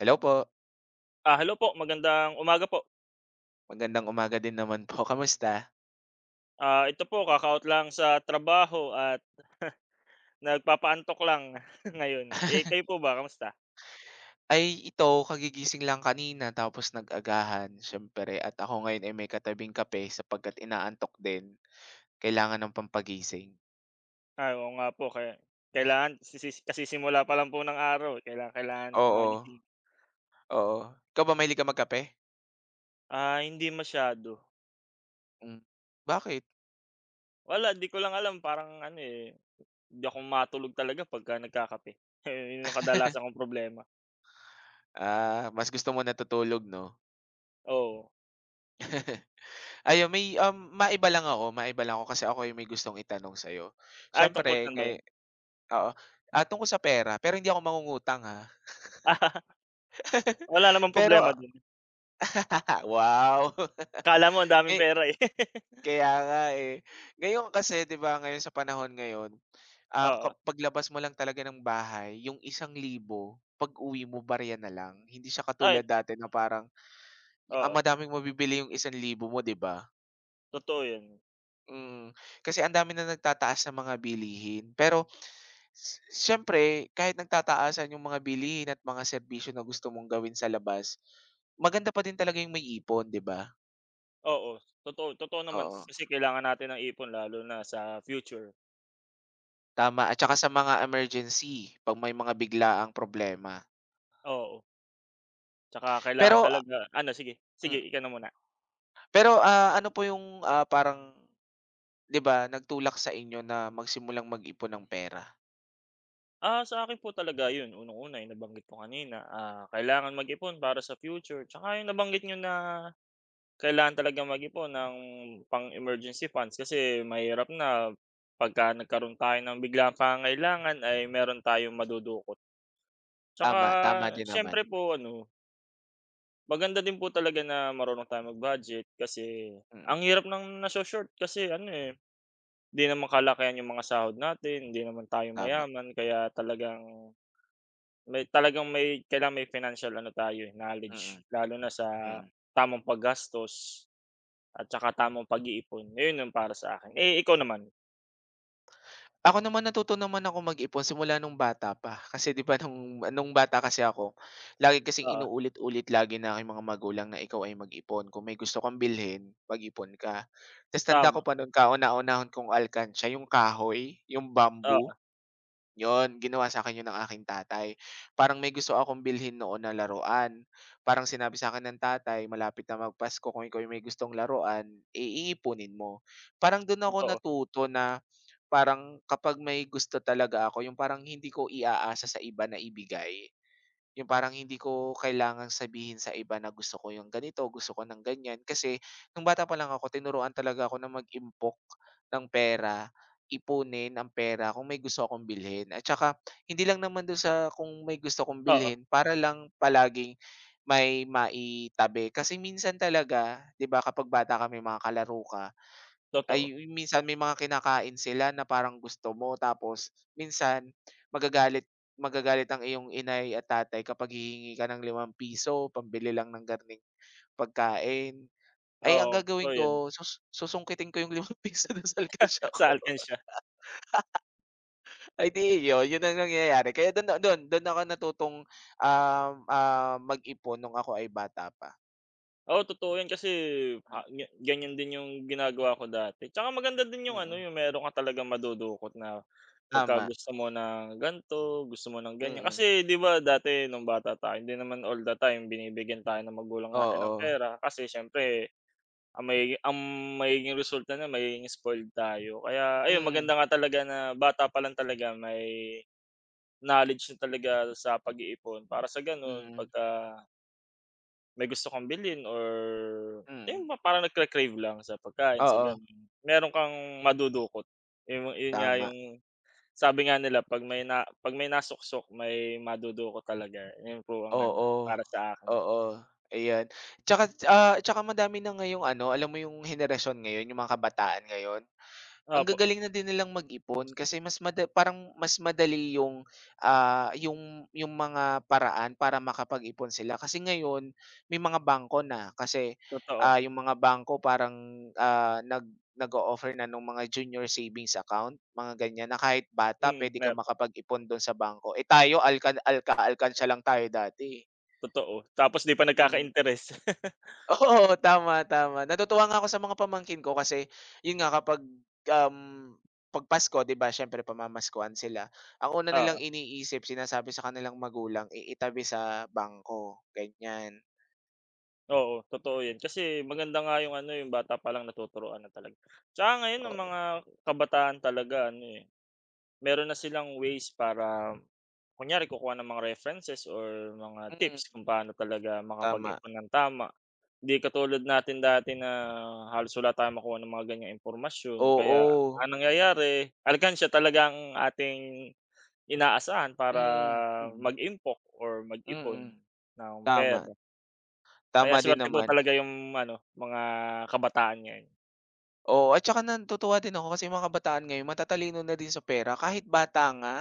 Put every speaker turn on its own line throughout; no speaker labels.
Hello po,
Ah, hello po, magandang umaga po.
magandang umaga din naman po, kamusta?
Ah, ito po kaka lang sa trabaho at nagpapaantok lang ngayon. Eh, kayo po ba kamusta?
Ay ito, kagigising lang kanina tapos nag-agahan siyempre at ako ngayon ay may katabing kape sapagkat inaantok din, kailangan ng pampagising.
Ah, oo nga po kaya kailangan kasisimula pa lang po ng araw, eh, kailangan kailangan
Oo,
magising.
oo. Ikaw ba mahilig ka magkape?
Ah, hindi masyado.
Hmm, Bakit?
Wala, 'di ko lang alam parang ano, eh, hindi ako matulog talaga pagka nagkakape. Eh, 'yun yung kadalasan kong problema,
Ah, mas gusto mo natutulog 'no?
oo.
Ayun may, um, maiba lang ako kasi ako yung may gustong itanong sa'yo.
Ay, tungkol
Siyempre
saan ba
ngay
'yun?
Oo, tungkol sa pera pero hindi ako mangungutang ha.
Wala namang
Pero
problema dun.
wow!
Akala mo ang daming
Eh,
pera, eh.
kaya nga, eh. Ngayon kasi 'di ba, ngayon sa panahon ngayon,
Oo,
kapag labas mo lang talaga ng bahay yung 1,000 pag-uwi mo barya na lang. Hindi siya
ay
katulad dati na parang, ang
oo,
madaming mabibili yung 1,000 mo 'di ba?
totoo 'yun.
Mm. Kasi ang dami na nagtataas ng mga bilihin. Pero siyempre kahit nagtataasan yung mga bilihin at mga serbisyo na gusto mong gawin sa labas, maganda pa din talaga yung may ipon 'di ba?
Oo, totoo totoo naman
Oo,
kasi kailangan natin ng ipon lalo na sa future,
tama at saka sa mga emergency, 'pag may mga biglaang problema.
oo. Tsaka kailangan
Pero
talaga ano, sige, sige
mm.
ikaw na muna.
Pero, ano po yung, parang 'di ba nagtulak sa inyo na magsimulang mag-ipon ng pera?
Ah, sa akin po talaga yun, unang-una yung nabanggit ko kanina, ah, kailangan mag-ipon para sa future, tsaka yung nabanggit niyo na kailangan talaga mag-ipon ng pang-emergency funds, kasi mahirap na pagka nagkaroon tayo ng biglaang pangangailangan ay meron tayong madudukot. Tsaka
Tama, tama din naman.
siyempre po ano, maganda din po talaga na marunong tayong mag-budget, kasi ang
Mm,
hirap ng naso-short kasi ano, eh, hindi naman kalakihan yung mga sahod natin, hindi naman tayo
tama.
mayaman, kaya talagang may kailangan, may financial ano tayo, eh,
Mm,
knowledge, lalo na sa
mm.
tamang paggastos at saka tamang pag-iipon. Ayun yung para sa akin. Eh, ikaw naman?
Ako naman natuto naman ako mag-ipon simula nung bata pa. Kasi 'di ba nung bata kasi ako, lagi kasing
Oo,
inuulit-ulit lagi ng aking mga magulang na ikaw ay mag-ipon. Kung may gusto kang bilhin, mag-ipon ka. Tas tanda ko
tama.
pa nun kauna-unahon kong alkansiya yung kahoy, yung bamboo.
Oo,
Yon ginawa sa akin 'yun ng aking tatay. Parang may gusto akong bilhin noon na laruan. Parang sinabi sa akin ng tatay, "Malapit na magpasko, kung ikaw ay may gustong laruan, eh, iipunin mo." Parang do'n ako
totoo.
natuto na parang kapag may gusto talaga ako, yung parang hindi ko iaasa sa iba na ibigay. Yung parang hindi ko kailangang sabihin sa iba na gusto ko yung ganito, gusto ko ng ganyan. Kasi nung bata pa lang ako, tinuruan talaga ako na mag-impok ng pera, ipunin ang pera kung may gusto akong bilhin. At saka, hindi lang naman doon sa kung may gusto kong
Oo,
bilhin, para lang palaging may maitabi. Kasi minsan talaga, di ba kapag bata kami, mga kalaro ka,
totoo.
ay minsan may mga kinakain sila na parang gusto mo tapos minsan magagalit magagalit ang iyong inay at tatay kapag hihingi ka ng ₱5, pambili lang ng garning pagkain. Ay ang
Oo,
gagawin
totoo 'yun.
ko susungkitin ko yung ₱5 dun sa alkansya
Sa
ko.
alkansya.
Ay di yun, yun ang nangyayari kaya dun dun dun ako natutong, mag-ipon nung ako ay bata pa.
Oo, totoo 'yan, kasi
Hmm,
ha
mm.
ga ganyan din yung ginagawa ko dati. Tsaka maganda din yung ano,
Mm-mm.
yung meron ka talagang madudukot na pagka
Tama,
gusto mo ng ganto, gusto mo ng ganyan.
mm.
Kasi 'di ba dati nung bata tayo, hindi naman all the time binibigyan tayo ng magulang natin ng
Oo,
pera, kasi siyempre ang magiging resulta na magiging spoiled tayo. Kaya ayun,
mm,
maganda nga talaga na bata pa lang talaga may knowledge na talaga sa pag-iipon, para sa gano'n
mm,
pagka may gusto kang bilhin, or yung
mm.
ba parang nagka-crave lang sa pagkain, sa
Oo,
gano'n. Meron kang madudukot, yung yun nga
tama.
yung sabi nga nila, 'pag may na, 'pag may nasuksok may madudukot talaga, yun po ang ano,
Oo,
para sa akin.
oo, ayan. Tsaka madami na ngayong ano, alam mo yung henerasyon ngayon, yung mga kabataan ngayon, ang
Opo,
gagaling na din nilang mag-ipon kasi mas mada parang mas madali yung, ah, yung mga paraan para makapag-ipon sila. Kasi ngayon may mga bangko na kasi,
totoo.
yung mga bangko parang, ah, nag nag-o-offer na ng mga junior savings account, mga ganyan, na kahit bata
Mm,
puwede ka makapag-ipon dun sa bangko. Eh, tayo alka-alkansya lang tayo dati, eh.
totoo. Tapos 'di pa
Mm.
nagkaka-interes.
Oo, tama, tama. Natutuwa nga ako sa mga pamangkin ko kasi yun nga kapag, um, 'pag Pasko 'di ba siyempre pamamaskuhan sila. Ang una nilang
Oo,
iniisip sinasabi sa kanilang magulang, "Iitabi sa bangko," ganyan.
oo, totoo yun. Kasi maganda nga yung ano, yung bata pa lang natuturuan na talaga. Tsaka ngayon ang
Oo,
mga kabataan talaga ano, eh, meron na silang ways para kunyari kukuha ng mga references or mga
mm,
tips kung paano talaga
tama.
makapag-ipon ng tama. 'Di katulad natin dati na halos wala tayong makuha ng mga ganyang impormasyon, kaya
Oo,
ang nangyayari, alkansya talaga ang ating inaasahan para
mm, mm,
mag-impok or mag-ipon
mm,
ng pera.
tama.
Kaya
Tama din
swerte po
naman.
talaga yung ano, mga kabataan ngayon.
Oo, at saka natutuwa din ako kasi yung mga kabataan ngayon matatalino na din sa pera kahit bata nga.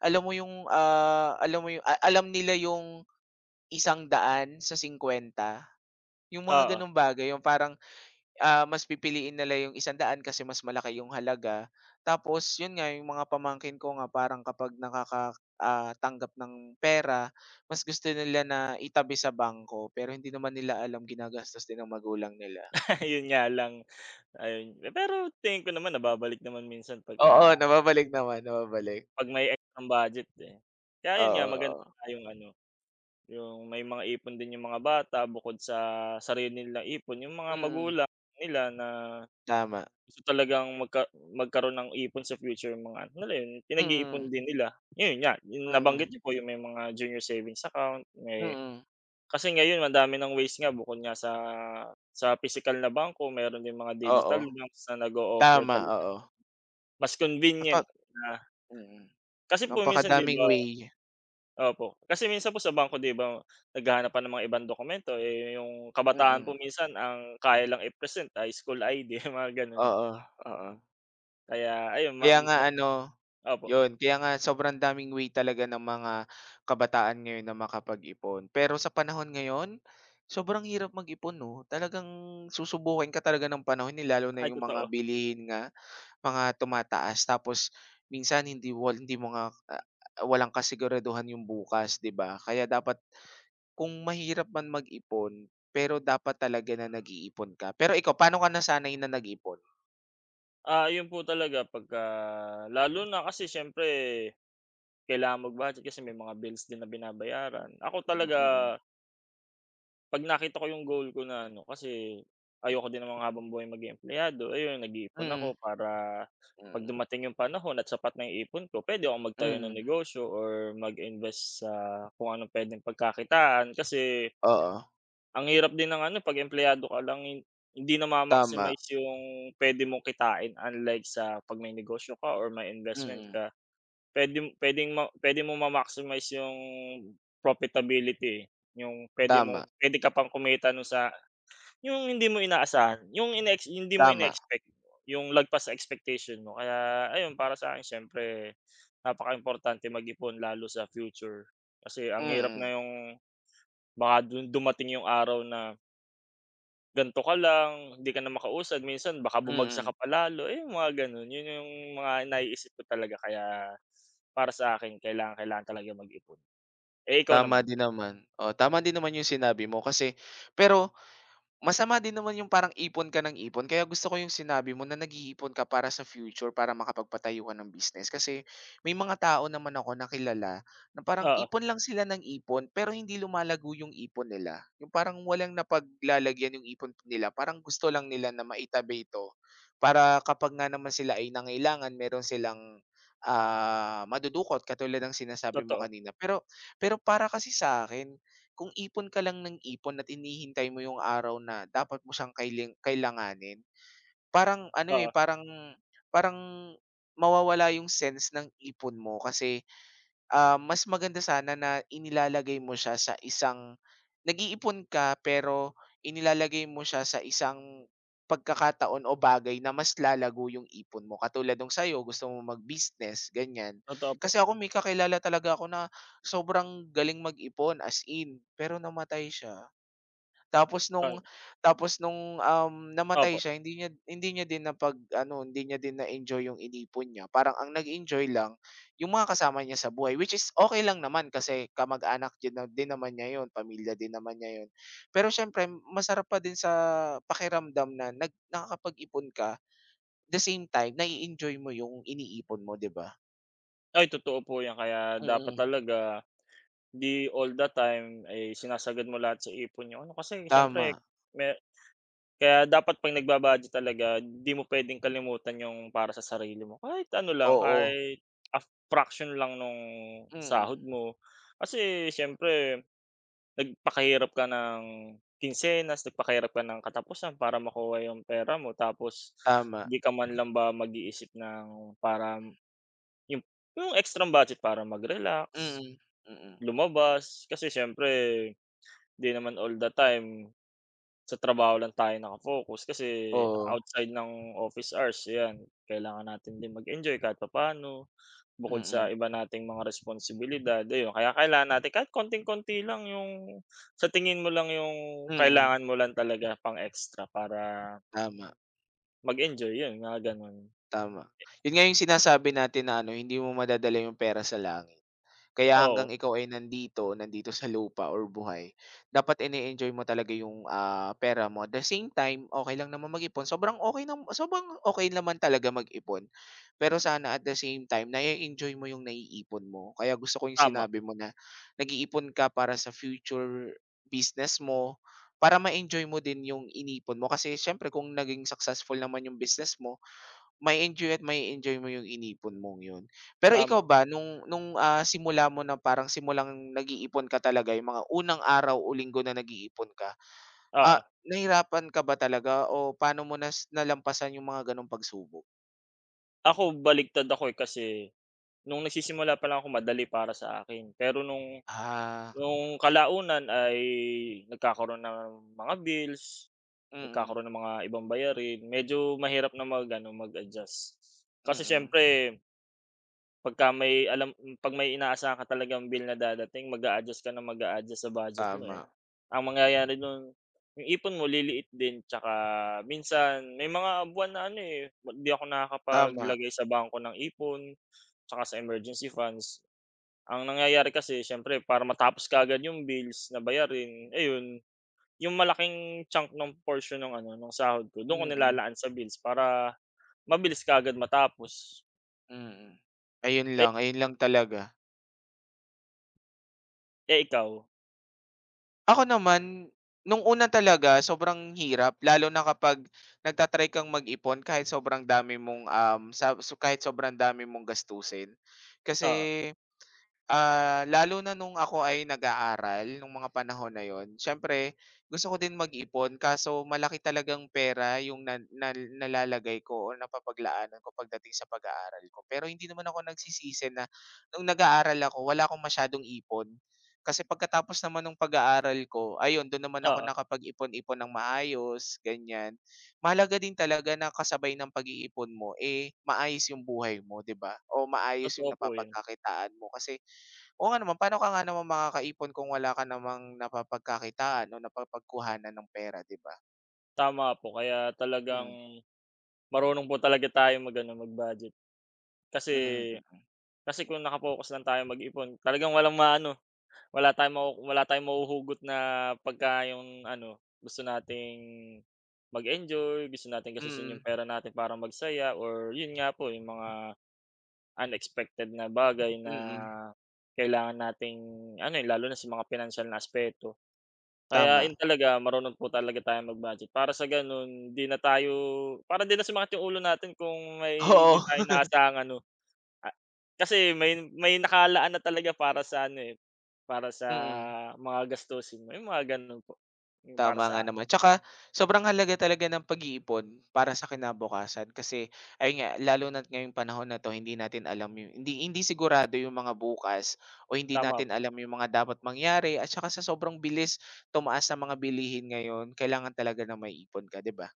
Alam mo yung, alam mo yung alam nila yung 100 sa 50 yung mga
Oo,
gano'ng bagay, yung parang, mas pipiliin nila yung 100 kasi mas malaki yung halaga. Tapos yun nga, yung mga pamangkin ko nga parang kapag tanggap ng pera, mas gusto nila na itabi sa bangko, pero hindi naman nila alam ginagastos din ng magulang nila.
yun nga lang, ayun. Eh, pero tingin ko naman nababalik naman minsan
Oo,
pagka
nababalik naman, nababalik.
'pag may ekstrang budget, eh. Kaya yun nga,
Oo,
maganda
oo.
nga yung ano, yung may mga ipon din yung mga bata bukod sa sarili nilang ipon, yung mga
Mm,
magulang nila na
tama.
gusto talagang magkaroon ng ipon sa future yung mga ano nila yun, pinag-iipon
Mm,
din nila. Yun nga, yung nabanggit
mm,
niyo po yung may mga junior savings account, may
mm,
kasi ngayon ang dami ng ways nga, bukod nga sa pisikal na bangko meron din mga
oo.
digital banks na nag-o-offer
Tama,
talaga
oo.
mas convenient
Napaka
na,
mm,
kasi po minsan 'di
Napakadaming
ba.
way.
Opo, kasi minsan po sa bangko 'di ba naghahanap pa ng mga ibang dokumento, eh, yung kabataan po
Mm,
minsan ang kaya lang i-present ay school ID mga gano'n.
oo, oo.
Kaya ayun ma
Kaya nga
ma
ano,
opo,
'yun kaya nga sobrang daming way talaga ng mga kabataan ngayon na makapag-ipon. Pero sa panahon ngayon, sobrang hirap mag-ipon 'no, talagang susubukin ka talaga ng panahon, eh, lalo na
ay
yung mga
totoo.
bilihin nga, mga tumataas tapos minsan hindi mo nga, walang kasiguraduhan yung bukas, 'di ba? Kaya dapat kung mahirap man mag-ipon, pero dapat talaga na nag-iipon ka. Pero ikaw, paano ka nasanay na nag-ipon?
Ah, yun po talaga pagka lalo na, kasi siyempre kailangan mag-budget, kasi may mga bills din na binabayaran. Ako
Mm,
talaga
mm.
'pag nakita ko yung goal ko na ano, kasi ayoko din namang habang buhay maging empleyado, ayun nag-iipon
Mm.
ako para 'pag
Mm,
dumating yung panahon at sapat na yung ipon ko, puwede akong magtayo ng
mm.
negosyo or mag-invest sa kung anong puwedeng pagkakitaan. Kasi
Oo,
ang hirap din ng ano 'pag empleyado ka lang, hindi
tama.
nama-maximize yung puwede mong kitain, unlike sa 'pag may negosyo ka or may investment
Mm.
ka, puwedeng puwedeng ma puwede mong ma-maximize yung profitability, eh, yung puwede mong
Tama,
puwede ka pang kumita nun sa yung hindi mo inaasahan, yung inex hindi mo
tama.
ine-expect, yung lagpas sa expectation mo, kaya ayun para sa'kin, siyempre napakaimportante mag-ipon lalo sa future. Kasi ang hirap na
Mm,
yung baka dun dumating yung araw na gan'to ka lang, hindi ka na makausad, minsan baka bumagsak
mm.
ka pa lalo, eh, yung mga gano'n. Yun yung mga naiisip ko talaga, kaya para sa akin kailangan, kailangan talaga mag-ipon. Eh, ikaw
Tama
naman?
din naman. Oh, tama din naman yung sinabi mo kasi pero masama din naman yung parang ipon ka ng ipon kaya gusto ko yung sinabi mo na nag-iipon ka para sa future para makapagpatayo ka ng business. Kasi may mga tao naman ako nakilala na parang
Oo,
ipon lang sila ng ipon pero hindi lumalago yung ipon nila. Yung parang walang napaglalagyan yung ipon nila. Parang gusto lang nila na maitabi ito para kapag nga naman sila ay nangailangan meron silang madudukot katulad ng sinasabi mo
totoo.
kanina. Pero pero para kasi sa akin kung ipon ka lang ng ipon at hinihintay mo yung araw na dapat mo siyang kailanganin, parang ano, eh,
Oo,
parang parang mawawala yung sense ng ipon mo kasi. Ah, mas maganda sana na inilalagay mo siya sa isang nag-iipon ka pero inilalagay mo siya sa isang pagkakataon o bagay na mas lalago yung ipon mo. Katulad nung sa'yo, gusto mo mag-business, ganyan.
totoo po.
Kasi ako may kakilala talaga ako na sobrang galing mag-ipon, as in, pero namatay siya. Tapos
Ay
nung namatay
opo.
siya hindi niya din napag-ano, hindi niya din na-enjoy yung inipon niya. Parang ang nag-enjoy lang yung mga kasama niya sa buhay, which is okay lang naman kasi kamag-anak din na din naman niya yun, pamilya din naman niya yun. Pero siyempre masarap pa din sa pakiramdam na nakakapag-ipon ka, the same time na enjoy mo yung iniipon mo, 'di ba?
Ay totoo po yan, kaya dapat
Mm,
talaga di all the time ay sinasagad mo lahat sa ipon yung ano, kasi
tama.
siyempre may kaya dapat 'pag nagba-budget talaga di mo puwedeng kalimutan yung para sa sarili mo. Kahit ano lang,
Oo,
kahit a fraction lang nung
mm,
sahod mo. Kasi siyempre nagpakahirap ka ng kinsenas, nagpakahirap ka ng katapusan para makuha yung pera mo, tapos
tama.
di ka man lang ba mag-iisip ng para yung yung extrang budget para mag-relax,
Mm, mm.
lumabas. Kasi siyempre 'di naman all the time sa trabaho lang tayo naka, kasi
Oo,
outside ng office hours, ayan, kailangan natin din mag-enjoy kahit papaano, bukod sa
mm,
iba nating mga responsibilidad, ayun. Kaya kailangan natin kahit konting-konti lang yung sa tingin mo lang yung
mm,
kailangan mo lang talaga pang extra para
tama.
mag-enjoy, yun, mga gano'n.
Tama. Yun nga yung sinasabi natin na ano, hindi mo madadala yung pera sa langit. Kaya
Oo,
hanggang ikaw ay nandito, nandito sa lupa or buhay, dapat ine-enjoy mo talaga yung, pera mo. At the same time, okay lang naman mag-ipon. Sobrang okay naman talaga mag-ipon. Pero sana at the same time, na-e-enjoy mo yung naiipon mo. Kaya gusto ko yung
tama,
sinabi mo na nag-iipon ka para sa future business mo, para ma-enjoy mo din yung inipon mo. Kasi siyempre kung naging successful naman yung business mo, mai-enjoy at mai-enjoy mo yung inipon mong yun. Pero ikaw
tama,
ba simula mo na parang simulang nag-iipon ka talaga yung mga unang araw o linggo na nag-iipon ka,
oo.
nahirapan ka ba talaga o paano mo nalampasan yung mga gano'ng pagsubok?
Ako, baliktad ako, eh, kasi nung nagsisimula pa lang ako madali para sa akin, pero
Ah,
Noong kalaunan ay nagkakaroon ng mga bills,
mm,
nagkakaroon ng mga ibang bayarin, medyo mahirap na mag-ano, mag-adjust. Kasi
mm,
siyempre 'pag may inaasahan ka talagang bill na dadating, mag-a-adjust ka ng mag-a-adjust sa budget mo,
tama,
eh. Ang
mm,
mangyayari nun, yung ipon mo liliit din, tsaka minsan may mga buwan na ano, eh, 'di ako
tama,
nakakapaglagay sa bangko ng ipon tsaka sa
mm,
emergency funds. Ang nangyayari kasi siyempre para matapos kaagad yung bills na bayarin, ayun, yung malaking chunk ng portion ng ano, ng sahod ko dun ko
mm,
nilalaan sa bills para mabilis kaagad matapos.
mm. Ayun
Eh,
lang, ayun lang talaga.
eh, ikaw?
Ako naman, nung una talaga sobrang hirap lalo na kapag kang mag-ipon kahit sobrang dami mong, kahit sobrang dami mong gastusin.
Oo,
Kasi ah, lalo na nung ako ay nag-aaral nung mga panahon na yon, siyempre gusto ko din mag-ipon kaso malaki talagang pera yung na na nalalagay ko o napapaglaanan ko pagdating sa pag-aaral ko. Pero hindi naman ako nagsisisi na nung nag-aaral ako wala akong masyadong ipon. Kasi pagkatapos naman nung pag-aaral ko, ayun dun naman ako
oo,
nakapag-ipon-ipon ng maayos, ganyan. Mahalaga din talaga na kasabay ng pag-iipon mo, eh, maayos yung buhay mo, 'di ba? O maayos
totoo
yung
po yun.
napapagkakitaan mo kasi. Oo nga naman, paano ka nga naman makakaipon kung wala ka namang napapagkakitaan o napapagkuhanan ng pera, 'di ba?
Tama po, kaya talagang
Hmm,
marunong po talaga tayong mag-ano, mag-budget, kasi
mm,
kasi kung naka-focus lang tayong mag-ipon talagang walang maano, wala tayong mahuhugot na pagka yung ano, gusto nating mag-enjoy, gusto nating gastusin yung
mm,
pera natin para magsaya, or yun nga po, yung mga unexpected na bagay
mm,
na
mm,
kailangan nating ano, eh, lalo na sa mga pinansiyal na aspeto. Kaya
tama.
yun talaga, marunong po talaga tayong mag-budget para sa ganun, 'di na tayo para 'di na sumakit yung ulo natin kung may 'di tayo
Oo,
inaasahan ano. Ah, kasi may nakalaan na talaga para sa ano, eh, para sa
mm,
mga gastusin mo, yung mga gano'n po, yung para
tama nga
sa
naman. Tsaka sobrang halaga talaga ng pag-iipon para sa kinabukasan kasi ayun nga, lalo na't ngayong panahon na 'to hindi natin alam yung hindi hindi sigurado yung mga bukas o hindi
tama
natin
po,
alam yung mga dapat mangyari at saka sa sobrang bilis tumaas ng mga bilihin ngayon, kailangan talaga na may ipon ka, 'di ba?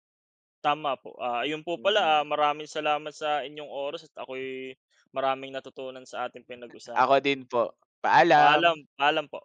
tama po. Ah, ayun po pala, ah,
Mm.
maraming salamat sa inyong oras at ako'y maraming natutunan sa ating
Ako
pinag-usapan.
din po,
Paalam,
paalam.
paalam po.